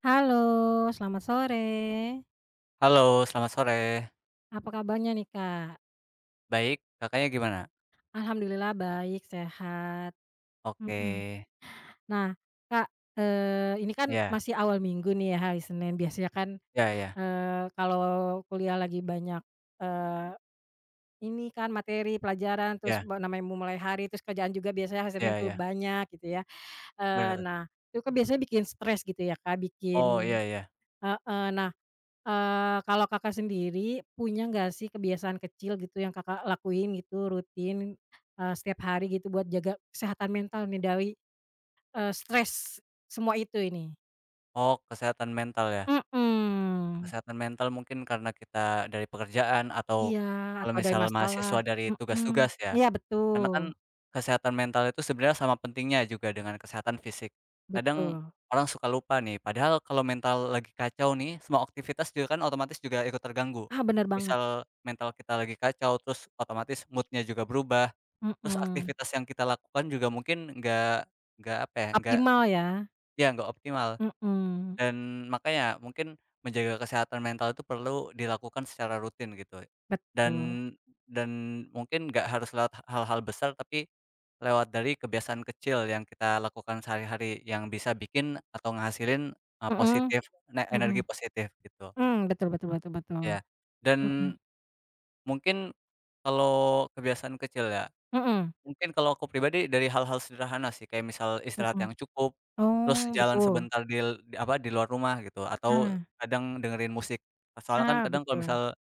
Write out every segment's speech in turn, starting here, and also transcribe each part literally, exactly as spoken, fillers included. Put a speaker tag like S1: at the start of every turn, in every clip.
S1: Halo, selamat sore.
S2: Halo, selamat sore.
S1: Apa kabarnya nih, Kak?
S2: Baik, Kakaknya gimana?
S1: Alhamdulillah baik, sehat.
S2: Oke.
S1: Mhm. Nah, Kak, eee, ini kan
S2: Ya,
S1: masih awal minggu nih ya, hari Senin. Biasanya kan,
S2: ya, ya,
S1: eee, kalau kuliah lagi banyak, eee, ini kan materi pelajaran, terus
S2: ya,
S1: me namanya mau mulai hari, terus kerjaan juga biasanya hari Senin
S2: ya,
S1: tuh
S2: iya,
S1: banyak gitu ya. Eee,
S2: bener.
S1: nah, itu kan biasanya bikin stres gitu ya, Kak,
S2: Oh,
S1: bikin
S2: iya iya.
S1: heeh. Nah, Eee, kalau Kakak sendiri punya nggak sih kebiasaan kecil gitu yang Kakak lakuin gitu rutin, eee, setiap hari gitu buat jaga kesehatan mental nih dari, eee, stres semua itu ini?
S2: Oh, kesehatan mental ya?
S1: Mhm,
S2: Kesehatan mental mungkin karena kita dari pekerjaan atau
S1: iya
S2: kalau
S1: atau dari
S2: misal
S1: masalah,
S2: mahasiswa dari
S1: mhm,
S2: tugas-tugas ya?
S1: iya betul
S2: Karena kan kesehatan mental itu sebenarnya sama pentingnya juga dengan kesehatan fisik. Kadang
S1: betul,
S2: orang suka lupa nih, padahal kalau mental lagi kacau nih, semua aktivitas juga kan otomatis juga ikut terganggu.
S1: ah, bener banget,
S2: Misal mental kita lagi kacau, terus otomatis moodnya juga berubah, terus
S1: mhm,
S2: aktivitas yang kita lakukan juga mungkin nggak nggak apa ya, nggak
S1: optimal ya,
S2: ya nggak optimal.
S1: mhm,
S2: Dan makanya mungkin menjaga kesehatan mental itu perlu dilakukan secara rutin gitu. Dan
S1: betul,
S2: dan mungkin nggak harus lewat hal-hal besar, tapi lewat dari kebiasaan kecil yang kita lakukan sehari-hari yang bisa bikin atau ngehasilin, eee,
S1: mhm
S2: positif ne energi
S1: mhm,
S2: positif gitu.
S1: mmm, betul betul betul betul,
S2: Ya. Dan
S1: mhm
S2: mungkin kalau kebiasaan kecil ya,
S1: mhm
S2: mungkin kalau aku pribadi dari hal-hal sederhana sih, kayak misal istirahat
S1: mhm,
S2: yang cukup, terus
S1: oh
S2: jalan
S1: betul,
S2: sebentar dil di apa, di luar rumah gitu, atau
S1: nah.
S2: kadang dengerin musik. Soalnya kan
S1: Nah,
S2: kadang kalau
S1: betul.
S2: misal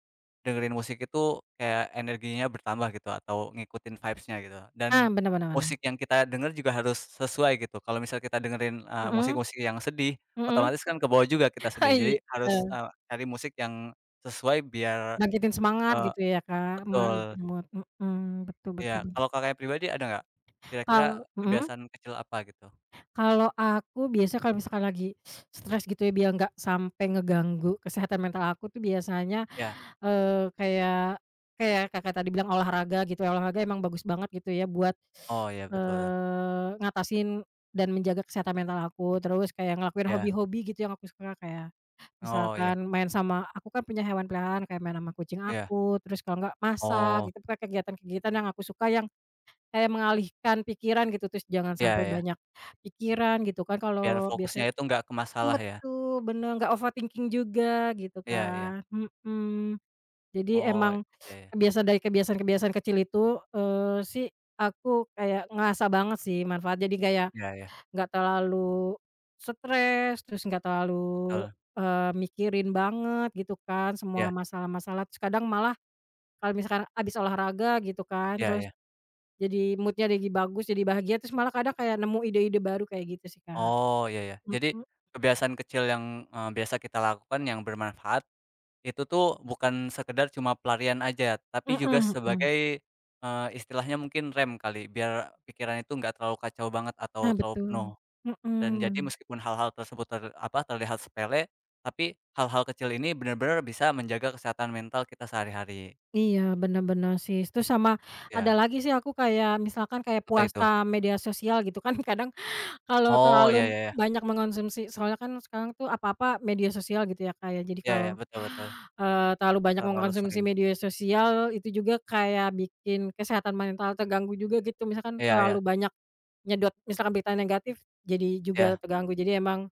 S2: dengerin musik itu kayak energinya bertambah gitu atau ngikutin vibes-nya gitu,
S1: Nah,
S2: dan
S1: bener bener bener.
S2: musik yang kita denger juga harus sesuai gitu. Kalau misal kita dengerin, eee,
S1: Mhm
S2: musik-musik yang sedih,
S1: mhm.
S2: otomatis kan ke bawah juga
S1: Oh,
S2: kita sedih. Jadi
S1: iya,
S2: harus,
S1: bener.
S2: eee, cari musik yang sesuai biar
S1: Bangkitin semangat
S2: eee
S1: gitu ya, Kak,
S2: betul.
S1: bangkitin mood, mhm, betul betul
S2: Iya,
S1: betul.
S2: kalau Kakaknya pribadi ada nggak, kira-kira
S1: Kal mhm,
S2: kebiasaan kecil apa gitu?
S1: kalau aku biasa kalau misalkan lagi stres gitu ya, biar nggak sampai ngeganggu kesehatan mental aku tuh biasanya,
S2: Iya,
S1: eee, kayak kayak Kakak tadi bilang olahraga gitu ya, olahraga emang bagus banget gitu ya buat,
S2: oh iya betul,
S1: eee, ngatasin dan menjaga kesehatan mental aku, terus kayak ngelakuin
S2: iya,
S1: hobi-hobi gitu yang aku suka kayak
S2: oh iya
S1: misalkan main sama aku kan punya hewan peliharaan kayak main sama kucing
S2: iya,
S1: aku, terus kalau enggak masak
S2: oh,
S1: gitu, pokoknya kegiatan-kegiatan yang aku suka yang kayak mengalihkan pikiran gitu, terus jangan
S2: iya
S1: sampai
S2: iya,
S1: banyak pikiran gitu kan
S2: biar
S1: kalau
S2: fokusnya
S1: biasa
S2: itu nggak ke masalah ya?
S1: betul, bener, nggak overthinking juga gitu
S2: Iya iya,
S1: kan, mhm. Jadi
S2: oh,
S1: emang
S2: iya iya,
S1: kebiasaan dari kebiasaan-kebiasaan kecil itu, eee, sih aku kayak ngerasa banget sih manfaat, jadi kayak
S2: iya iya,
S1: nggak terlalu stres, terus nggak terlalu,
S2: betul,
S1: eee, mikirin banget gitu kan semua
S2: iya,
S1: masalah-masalah, terus kadang malah kalau misalkan abis olahraga gitu kan,
S2: iya
S1: terus
S2: iya,
S1: jadi moodnya jadi bagus, jadi bahagia, terus malah kadang kayak nemu ide-ide baru kayak gitu sih, Kak.
S2: oh, iya iya. Jadi
S1: Mhm,
S2: kebiasaan kecil yang, eee, biasa kita lakukan yang bermanfaat, itu tuh bukan sekedar cuma pelarian aja, tapi
S1: mhm
S2: juga
S1: mhm.
S2: sebagai, eee, istilahnya mungkin rem kali, biar pikiran itu nggak terlalu kacau banget atau
S1: Nah,
S2: terlalu penuh.
S1: betul. Mhm,
S2: Dan jadi
S1: bener.
S2: meskipun hal-hal tersebut ter apa, terlihat sepele, tapi hal-hal kecil ini benar-benar bisa menjaga kesehatan mental kita sehari-hari.
S1: Iya, benar-benar sih. Terus sama ada
S2: Ya,
S1: lagi sih aku kayak misalkan kayak
S2: apa itu?
S1: puasa media sosial gitu kan kadang kalau
S2: Oh, ya
S1: terlalu
S2: ya ya
S1: banyak mengkonsumsi soalnya kan sekarang tuh apa-apa media sosial gitu ya, Kak, ya. Jadi
S2: ya iya,
S1: kalau,
S2: betul betul,
S1: eee, terlalu banyak
S2: terlalu
S1: mengkonsumsi
S2: sering.
S1: media sosial itu juga kayak bikin kesehatan mental terganggu juga gitu. Misalkan
S2: Iya
S1: terlalu
S2: ya
S1: banyak nyedot misalkan berita negatif jadi juga
S2: ya
S1: terganggu. Jadi emang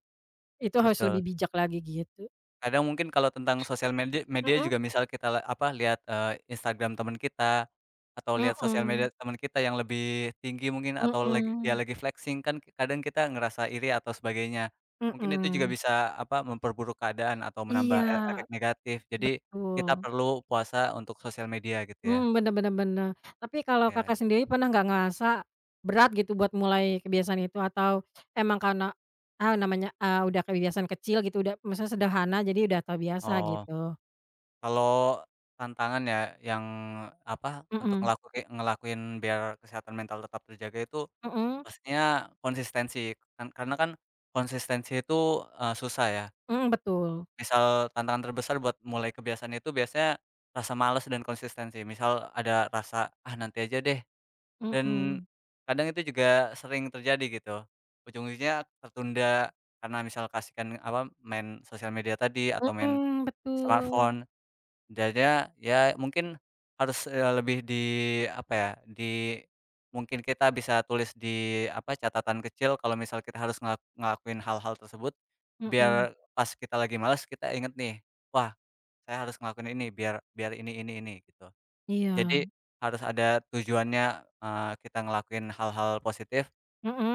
S1: itu harus
S2: betul.
S1: lebih bijak lagi gitu.
S2: Kadang mungkin kalau tentang sosial medi media
S1: Mhm
S2: juga misal kita la apa, lihat, eee, Instagram teman kita, atau lihat sosial
S1: mhm
S2: media teman kita yang lebih tinggi mungkin atau lagi dia
S1: mhm
S2: lagi flexing kan ki- kadang kita ngerasa iri atau sebagainya. Mungkin itu juga
S1: mhm.
S2: bisa apa, memperburuk keadaan atau menambah
S1: Iya,
S2: e efek negatif. Jadi kita
S1: betul.
S2: perlu puasa untuk sosial media gitu ya?
S1: Hmm, bener bener bener. Tapi kalau
S2: Ya,
S1: Kakak sendiri pernah nggak ngerasa berat gitu buat mulai kebiasaan itu atau emang karena, ah, namanya, ah udah kebiasaan kecil gitu udah maksudnya sederhana jadi udah terbiasa
S2: oh,
S1: gitu?
S2: kalau tantangan ya yang apa, untuk
S1: Mhm,
S2: ngelakuin ngelakuin biar kesehatan mental tetap terjaga itu,
S1: mhm,
S2: maksudnya konsistensi, kan karena kan konsistensi itu, eee, susah ya.
S1: mhm, betul,
S2: Misal tantangan terbesar buat mulai kebiasaan itu biasanya rasa malas dan konsistensi. Misal ada rasa, "Ah, nanti aja deh," dan
S1: mhm,
S2: kadang itu juga sering terjadi gitu. Ujung-ujungnya tertunda karena misal kasihkan, apa, main sosial media tadi atau main
S1: mhm, betul,
S2: smartphone. Jadinya ya mungkin harus, eee, lebih di apa ya, di mungkin kita bisa tulis di apa, catatan kecil kalau misal kita harus ngelak ngelakuin hal-hal tersebut,
S1: mhm,
S2: biar pas kita lagi malas kita inget nih, "Wah, saya harus ngelakuin ini biar biar ini ini ini," gitu.
S1: iya,
S2: Jadi harus ada tujuannya, eee, kita ngelakuin hal-hal positif,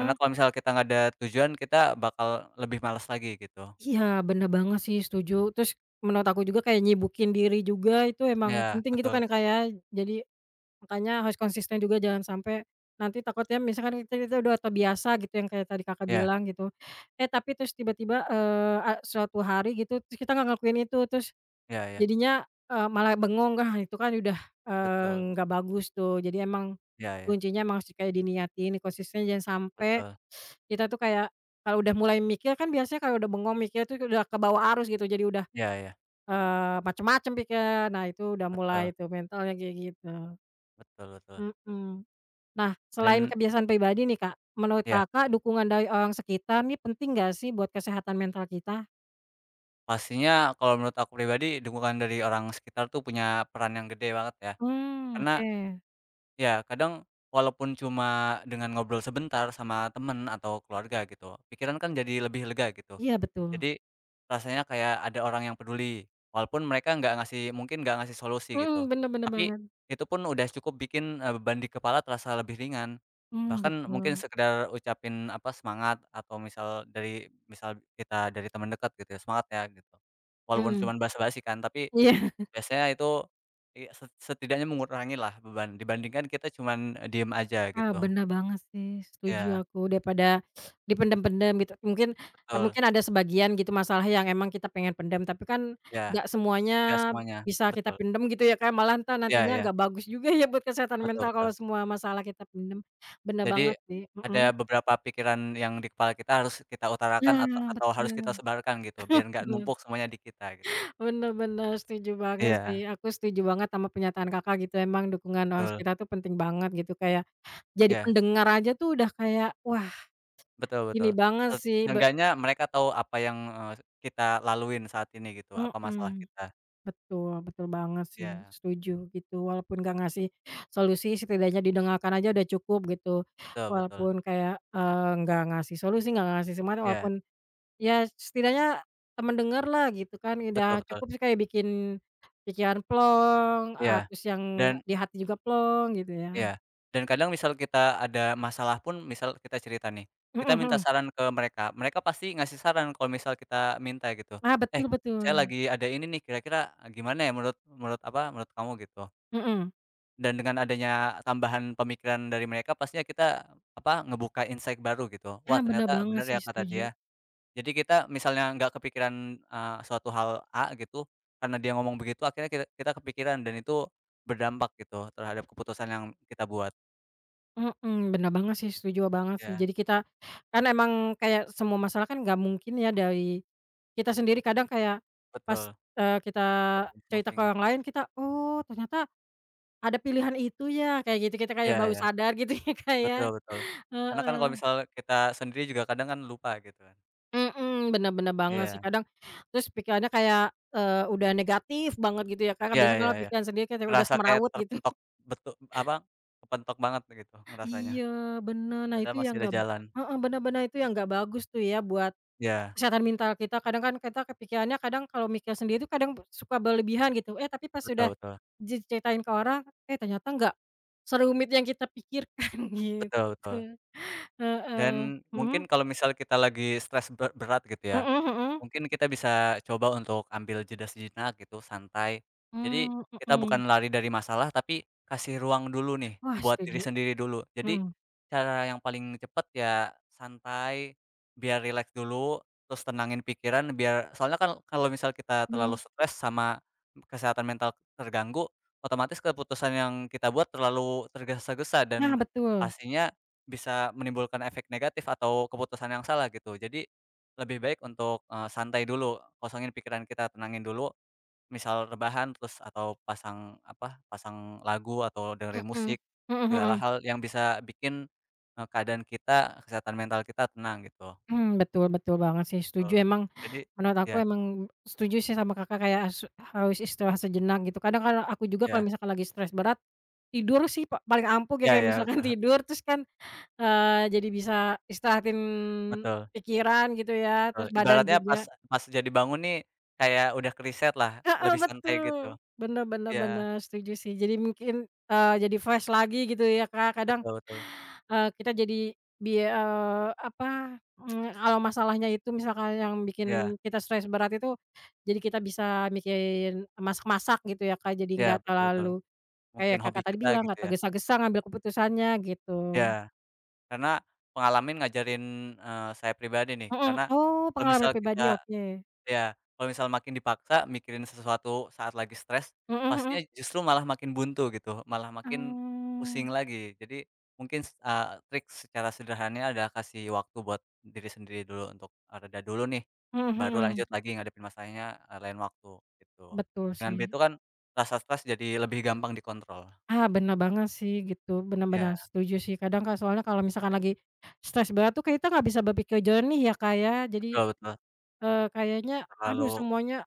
S2: karena kalau misal kita nggak ada tujuan kita bakal lebih malas lagi gitu.
S1: iya bener banget sih setuju, terus menurut aku juga kayak nyibukin diri juga itu emang
S2: Ya
S1: penting gitu
S2: betul.
S1: kan, kayak jadi makanya harus konsisten juga jangan sampai nanti takutnya misalkan kita kita udah terbiasa gitu yang kayak tadi Kakak
S2: Ya
S1: bilang gitu, eh, tapi terus tiba-tiba, eee, a suatu hari gitu terus kita nggak ngelakuin itu terus
S2: ya ya
S1: jadinya, eee, malah bengong, kan itu kan udah, eee,
S2: betul.
S1: nggak bagus tuh. Jadi emang
S2: Ya ya
S1: kuncinya emang harus kayak diniatin, konsisten jangan sampai
S2: betul.
S1: kita tuh kayak kalau udah mulai mikir kan biasanya kalau udah bengong mikir tuh udah ke bawah arus gitu jadi udah,
S2: Ya ya
S1: eee, macem-macem pikiran. Nah itu udah
S2: betul,
S1: mulai tuh mentalnya kayak gitu,
S2: betul betul.
S1: mhm. Nah, selain
S2: Dan
S1: kebiasaan pribadi nih, Kak, menurut
S2: ya
S1: Kakak dukungan dari orang sekitar nih penting nggak sih buat kesehatan mental kita?
S2: pastinya kalau menurut aku pribadi dukungan dari orang sekitar tuh punya peran yang gede banget ya.
S1: Mmm,
S2: Karena
S1: oke.
S2: ya, kadang walaupun cuma dengan ngobrol sebentar sama temen atau keluarga gitu, pikiran kan jadi lebih lega gitu.
S1: Iya, betul.
S2: Jadi rasanya kayak ada orang yang peduli, walaupun mereka nggak ngasih mungkin nggak ngasih solusi
S1: Mhm,
S2: gitu.
S1: bener bener
S2: Tapi
S1: banget.
S2: itu pun udah cukup bikin, eee, beban di kepala terasa lebih ringan.
S1: Mmm,
S2: Bahkan mungkin
S1: betul.
S2: sekedar ucapin apa, semangat atau misal dari misal kita dari teman dekat gitu ya, "Semangat ya," gitu. Walaupun
S1: Mhm,
S2: cuma basa-basi kan, tapi
S1: iya.
S2: biasanya itu, i set setidaknya mengurangilah beban, dibandingkan kita cuman, eh, diem aja
S1: Ah,
S2: gitu.
S1: bener banget sih, setuju
S2: Iya,
S1: aku. Daripada dipendem-pendem gitu. Mungkin
S2: betul,
S1: mungkin ada sebagian gitu masalah yang emang kita pengen pendam, tapi kan
S2: iya,
S1: nggak semuanya
S2: nggak semuanya,
S1: bisa kita
S2: betul.
S1: pendem gitu ya, Kak, malah entar
S2: Iya
S1: nantinya
S2: iya,
S1: nggak bagus juga ya buat kesehatan
S2: betul
S1: mental kalau
S2: betul.
S1: semua masalah kita pendem. Bener
S2: Jadi,
S1: banget sih,
S2: ada
S1: mhm.
S2: beberapa pikiran yang di kepala kita harus kita utarakan atau
S1: Nah,
S2: atau harus kita
S1: betul,
S2: sebarkan gitu, biar nggak
S1: bener
S2: numpuk semuanya di kita gitu.
S1: bener bener, setuju banget sih,
S2: Iya,
S1: aku setuju banget sama pernyataan Kakak gitu, emang dukungan orang
S2: betul,
S1: sekitar tuh penting banget gitu, kayak jadi
S2: iya,
S1: pendengar aja tuh udah kayak, wah
S2: betul betul.
S1: ini banget
S2: Set
S1: sih be
S2: seenggaknya mereka tahu apa yang, eee, kita laluin saat ini gitu, apa masalah
S1: mhm,
S2: kita.
S1: betul betul banget sih,
S2: Iya,
S1: setuju gitu, walaupun nggak ngasih solusi, setidaknya didengarkan aja udah cukup gitu,
S2: betul betul,
S1: walaupun kayak, eee, nggak ngasih solusi, nggak ngasih semangat,
S2: iya,
S1: walaupun ya setidaknya temen denger lah gitu kan, ya udah
S2: betul betul,
S1: cukup sih kayak bikin pikiran plong, eee,
S2: iya,
S1: terus yang
S2: dan
S1: di hati juga plong gitu ya.
S2: iya, dan kadang misal kita ada masalah pun, misal kita cerita nih,
S1: Mhm
S2: kita minta
S1: mhm.
S2: saran ke mereka, mereka pasti ngasih saran kalau misal kita minta gitu,
S1: Ah,
S2: "Eh,
S1: betul
S2: saya
S1: betul.
S2: lagi ada ini nih, kira-kira gimana ya menurut menurut apa, menurut kamu?" Gitu.
S1: Mhm.
S2: Dan dengan adanya tambahan pemikiran dari mereka pastinya kita apa, ngebuka insight baru gitu, "Wah
S1: Ah, bener
S2: ternyata
S1: banget
S2: bener ya
S1: sih
S2: kata
S1: setuju.
S2: dia." Jadi kita misalnya nggak kepikiran, eee, suatu hal A gitu, karena dia ngomong begitu akhirnya kita kita kepikiran dan itu berdampak gitu terhadap keputusan yang kita buat.
S1: Mhm, bener banget sih, setuju banget sih.
S2: Ya.
S1: Jadi kita kan emang kayak semua masalah kan nggak mungkin ya dari kita sendiri kadang kayak pas,
S2: Betul,
S1: eee, kita
S2: problem
S1: cerita
S2: solving
S1: ke
S2: ya.
S1: orang lain kita, "Oh ternyata ada pilihan itu ya," kayak gitu, kita kayak
S2: Iya
S1: baru
S2: iya,
S1: sadar gitu ya Kak ya.
S2: betul betul. Karena kan kalau
S1: Heeh.
S2: misal kita sendiri juga kadang kan lupa gitu kan.
S1: Mhm, bener bener banget sih
S2: Iya,
S1: kadang terus pikirannya kayak, eee, udah negatif banget gitu ya Kakak
S2: iya
S1: biasanya
S2: iya
S1: kalau
S2: iya.
S1: pikiran sendiri kayak udah
S2: Ngerasa kayak
S1: semrawut gitu.
S2: terpentok betul apa, kepentok banget gitu ngerasanya,
S1: Iya bener, nah
S2: padahal
S1: itu
S2: masih
S1: yang
S2: ada
S1: nggak ba
S2: jalan.
S1: heeh, bener bener itu yang nggak bagus tuh ya buat
S2: Iya,
S1: kesehatan mental kita kadang kan kita kepikirannya kadang kalau mikir sendiri tuh kadang suka berlebihan gitu, eh, tapi pas
S2: betul
S1: udah
S2: betul,
S1: diceritain ke orang, eh, ternyata nggak serumit yang kita pikirkan
S2: betul
S1: gitu.
S2: betul.
S1: Heeh,
S2: Dan
S1: mhm,
S2: mungkin kalau misal kita lagi stres be berat gitu ya,
S1: mhm mhm,
S2: mungkin kita bisa coba untuk ambil jeda sejenak gitu, santai. Jadi
S1: mmm,
S2: kita
S1: mhm.
S2: bukan lari dari masalah, tapi kasih ruang dulu nih
S1: Wah
S2: buat diri
S1: setuju,
S2: sendiri dulu. Jadi
S1: mhm,
S2: cara yang paling cepat ya santai, biar rileks dulu, terus tenangin pikiran biar soalnya kan kalau misal kita terlalu
S1: mhm.
S2: stres sama kesehatan mental terganggu, otomatis keputusan yang kita buat terlalu tergesa-gesa
S1: Nah,
S2: dan
S1: betul.
S2: pastinya bisa menimbulkan efek negatif atau keputusan yang salah gitu. Jadi lebih baik untuk, eee, santai dulu, kosongin pikiran kita, tenangin dulu, misal rebahan terus atau pasang apa, pasang lagu atau dengerin musik,
S1: Mhm. Mhm
S2: segala
S1: mhm.
S2: hal yang bisa bikin, eee, keadaan kita, kesehatan mental kita tenang gitu.
S1: Mmm, betul betul banget sih, setuju.
S2: Betul.
S1: Emang
S2: Jadi
S1: menurut aku
S2: ya,
S1: emang setuju sih sama Kakak kayak as harus istirahat sejenak gitu. Kadang kalau aku juga kalau
S2: ya,
S1: misalkan lagi stres berat, tidur sih pa paling ampuh ya,
S2: ya,
S1: kayak
S2: ya,
S1: misalkan
S2: betul
S1: tidur terus kan, eee, jadi bisa istirahatin
S2: betul
S1: pikiran gitu ya,
S2: betul.
S1: terus badan
S2: Ibaratnya pas
S1: juga
S2: pas jadi bangun nih kayak udah ke lah,
S1: heeh,
S2: lebih santai gitu.
S1: betul. Bener bener
S2: Ya,
S1: bener, setuju sih. Jadi mungkin, eee, jadi fresh lagi gitu ya, Kak. Kadang
S2: betul betul.
S1: Eee, kita jadi bi eee, apa, mmm, kalau masalahnya itu misalkan yang
S2: Ya,
S1: bikin kita stres berat itu, jadi kita bisa bikin masak-masak gitu ya, Kak, jadi
S2: ya,
S1: nggak
S2: betul betul.
S1: terlalu
S2: Mungkin
S1: kayak
S2: hobi
S1: Kakak tadi
S2: kita
S1: bilang,
S2: gitu
S1: nggak
S2: ya.
S1: tergesa-gesa ngambil keputusannya gitu.
S2: Ya. Karena pengalamin ngajarin, eee, saya pribadi nih,
S1: Mhm,
S2: karena
S1: oh
S2: kalau misal
S1: pengalaman pribadi,
S2: kita
S1: oke.
S2: ya, kalau misal makin dipaksa mikirin sesuatu saat lagi stres,
S1: Mhm
S2: pastinya
S1: mhm.
S2: justru malah makin buntu gitu, malah makin
S1: Mmm,
S2: pusing lagi. Jadi mungkin s eee, trik secara sederhananya adalah kasih waktu buat diri sendiri dulu untuk, eee, reda dulu nih,
S1: mhm
S2: baru
S1: mhm,
S2: lanjut lagi ngadepin masalahnya, eee, lain waktu, gitu.
S1: betul
S2: Dengan
S1: sih.
S2: begitu kan rasa stres jadi lebih gampang dikontrol.
S1: Ah, bener banget sih gitu, bener bener,
S2: Iya,
S1: setuju sih. Kadang, Kak, soalnya kalau misalkan lagi stres berat tuh kita nggak bisa berpikir jernih ya, Kak, ya,
S2: betul
S1: jadi
S2: betul,
S1: Eee, kayaknya, aduh
S2: terlalu
S1: semuanya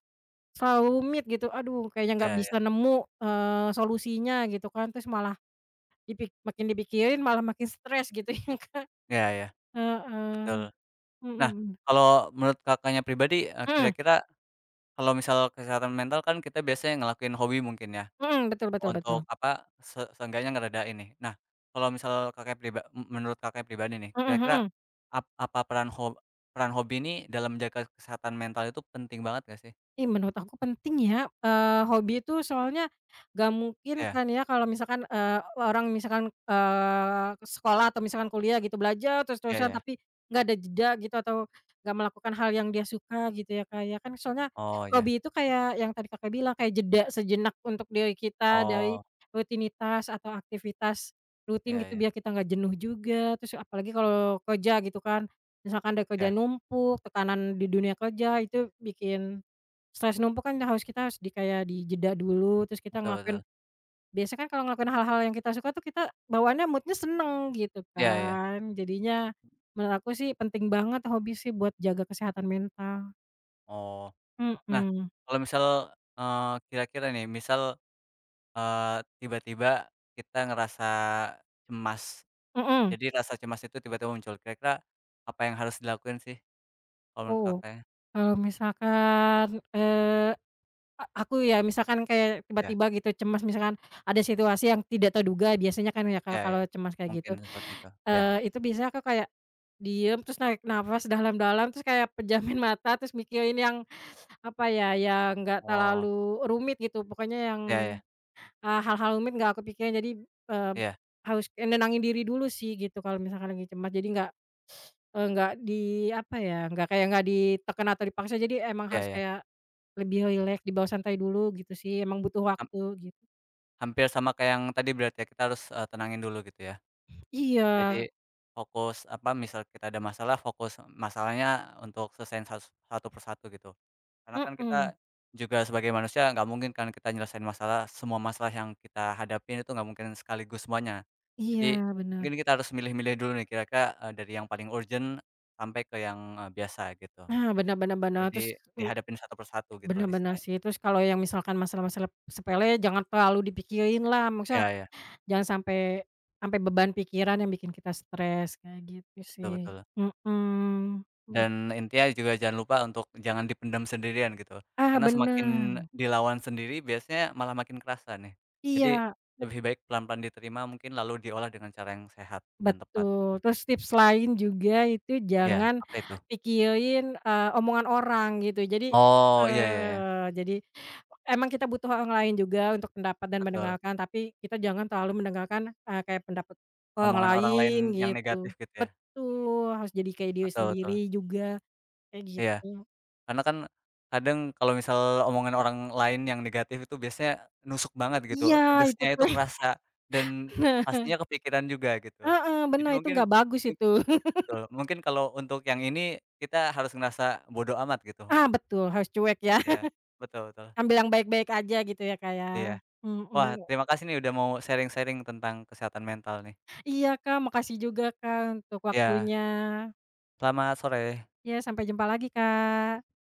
S1: selalu rumit gitu, aduh kayaknya nggak
S2: iya iya,
S1: bisa nemu, eee, solusinya gitu kan, terus malah dipik makin dipikirin malah makin stres gitu ya Kak,
S2: iya iya, betul.
S1: heeh,
S2: Nah,
S1: mhm,
S2: kalau menurut Kakaknya pribadi, eee,
S1: Mhm
S2: kira-kira kalau misal kesehatan mental kan kita biasanya ngelakuin hobi mungkin ya,
S1: mhm, betul betul betul,
S2: untuk apa, se seenggaknya ngeredain ini. Nah, kalau misal Kakak priba menurut Kakak pribadi nih,
S1: mhm
S2: kira-kira
S1: mhm.
S2: ap apa peran ho peran hobi ini dalam menjaga kesehatan mental itu penting banget gak sih?
S1: Ih, menurut aku penting ya, eee, hobi itu soalnya nggak mungkin
S2: Iya,
S1: kan ya kalau misalkan, eee, orang misalkan, eee, sekolah atau misalkan kuliah gitu belajar
S2: iya
S1: terus-terusan
S2: iya.
S1: tapi nggak ada jeda gitu atau nggak melakukan hal yang dia suka gitu ya, Kak, ya. Kan soalnya
S2: Oh iya.
S1: hobi itu kayak yang tadi Kakak bilang kayak jeda sejenak untuk diri kita dari
S2: Oh,
S1: rutinitas atau aktivitas rutin
S2: iya
S1: gitu
S2: iya,
S1: biar kita nggak jenuh juga, terus apalagi kalau kerja gitu kan, misalkan ada kerjaan
S2: iya,
S1: numpuk, tekanan di dunia kerja itu bikin stres numpuk kan harus kita harus di kayak dijeda dulu, terus kita
S2: betul
S1: ngelakuin
S2: betul.
S1: biasanya kan kalau ngelakuin hal-hal yang kita suka tuh kita bawaannya mood-nya seneng gitu
S2: Iya iya.
S1: kan. Jadinya menurut aku sih penting banget hobi sih buat jaga kesehatan mental.
S2: Oh. Nah,
S1: Mhm,
S2: kalau misal, eee, kira-kira nih, misal Eee, tiba-tiba kita ngerasa cemas.
S1: mhm,
S2: Jadi rasa cemas itu tiba-tiba muncul. Kira-kira apa yang harus dilakuin sih kalau menurut
S1: oh
S2: Kakaknya?
S1: kalau misalkan, eee, a aku ya misalkan kayak
S2: Iya,
S1: tiba-tiba gitu cemas misalkan ada situasi yang tidak terduga biasanya kan ya Kak,
S2: iya iya.
S1: kalau cemas kayak
S2: Mungkin
S1: gitu.
S2: seperti itu, iya.
S1: Eee, itu biasanya aku kayak diem, terus narik nafas dalam-dalam, terus kayak pejamin mata, terus mikirin yang, apa ya, yang nggak
S2: Oh,
S1: terlalu rumit gitu, pokoknya yang,
S2: iya iya,
S1: eee, hal-hal rumit nggak aku pikirin. Jadi, eee,
S2: iya,
S1: harus kayak nenangin diri dulu sih gitu kalau misalkan lagi cemas. Jadi nggak, eee, nggak di, apa ya, nggak kayak nggak ditekan atau dipaksa, jadi emang
S2: iya
S1: harus
S2: iya.
S1: kayak lebih rileks, dibawa santai dulu gitu sih, emang butuh
S2: Ham
S1: waktu gitu.
S2: Hampir sama kayak yang tadi berarti ya, kita harus, eee, tenangin dulu gitu ya?
S1: Iya,
S2: Jadi fokus, apa, misal kita ada masalah, fokus masalahnya untuk selesaiin sas satu persatu gitu. Karena kan
S1: mhm,
S2: kita juga sebagai manusia nggak mungkin kan kita nyelesain masalah, semua masalah yang kita hadapin itu nggak mungkin sekaligus semuanya. Jadi
S1: iya bener.
S2: mungkin kita harus milih-milih dulu nih kira-kira, eee, dari yang paling urgent sampai ke yang, eee, biasa gitu.
S1: Nah, bener bener bener, terus
S2: Jadi dihadapin satu persatu satu gitulah
S1: benar-benar
S2: istilahnya.
S1: sih, terus kalau yang misalkan masalah-masalah sepele jangan terlalu dipikirin lah,
S2: Iya
S1: maksudnya
S2: iya,
S1: jangan sampai sampai beban pikiran yang bikin kita stres, kayak gitu
S2: betul
S1: sih.
S2: betul.
S1: Mhm, bet
S2: Dan intinya juga jangan lupa untuk jangan dipendam sendirian gitu,
S1: ah,
S2: karena semakin
S1: benar
S2: dilawan sendiri biasanya malah makin kerasa nih. Jadi
S1: iya.
S2: lebih baik pelan-pelan diterima mungkin lalu diolah dengan cara yang sehat dan tepat.
S1: Betul, terus tips lain juga itu
S2: Iya,
S1: jangan
S2: apa itu?
S1: pikirin, eee, omongan orang gitu. Jadi
S2: Oh, iya iya iya,
S1: heeh, jadi emang kita butuh orang lain juga untuk pendapat dan
S2: betul.
S1: mendengarkan, tapi kita jangan terlalu mendengarkan, eee, kayak pendapat orang
S2: Omongan orang lain
S1: lain
S2: yang negatif
S1: gitu.
S2: gitu ya?
S1: Betul, harus jadi kayak diri
S2: Betul
S1: sendiri
S2: betul,
S1: juga, kayak
S2: iya.
S1: gitu.
S2: Karena kan kadang kalau misal omongan orang lain yang negatif itu biasanya nusuk banget gitu,
S1: Iya, itu
S2: pedesnya itu
S1: bener.
S2: kerasa dan pastinya kepikiran juga gitu.
S1: Heeh,
S2: Jadi
S1: bener itu
S2: mungkin
S1: nggak bagus itu.
S2: betul, mungkin kalau untuk yang ini, kita harus ngerasa bodo amat gitu.
S1: Ah, betul harus cuek ya,
S2: Ya betul betul,
S1: ambil yang baik-baik aja gitu ya, Kak, ya.
S2: iya. Wah,
S1: Mhm.
S2: terima kasih nih udah mau sharing-sharing tentang kesehatan mental nih.
S1: Iya Kak, makasih juga Kak untuk
S2: Iya,
S1: waktunya.
S2: selamat sore.
S1: Ya sampai jumpa lagi Kak.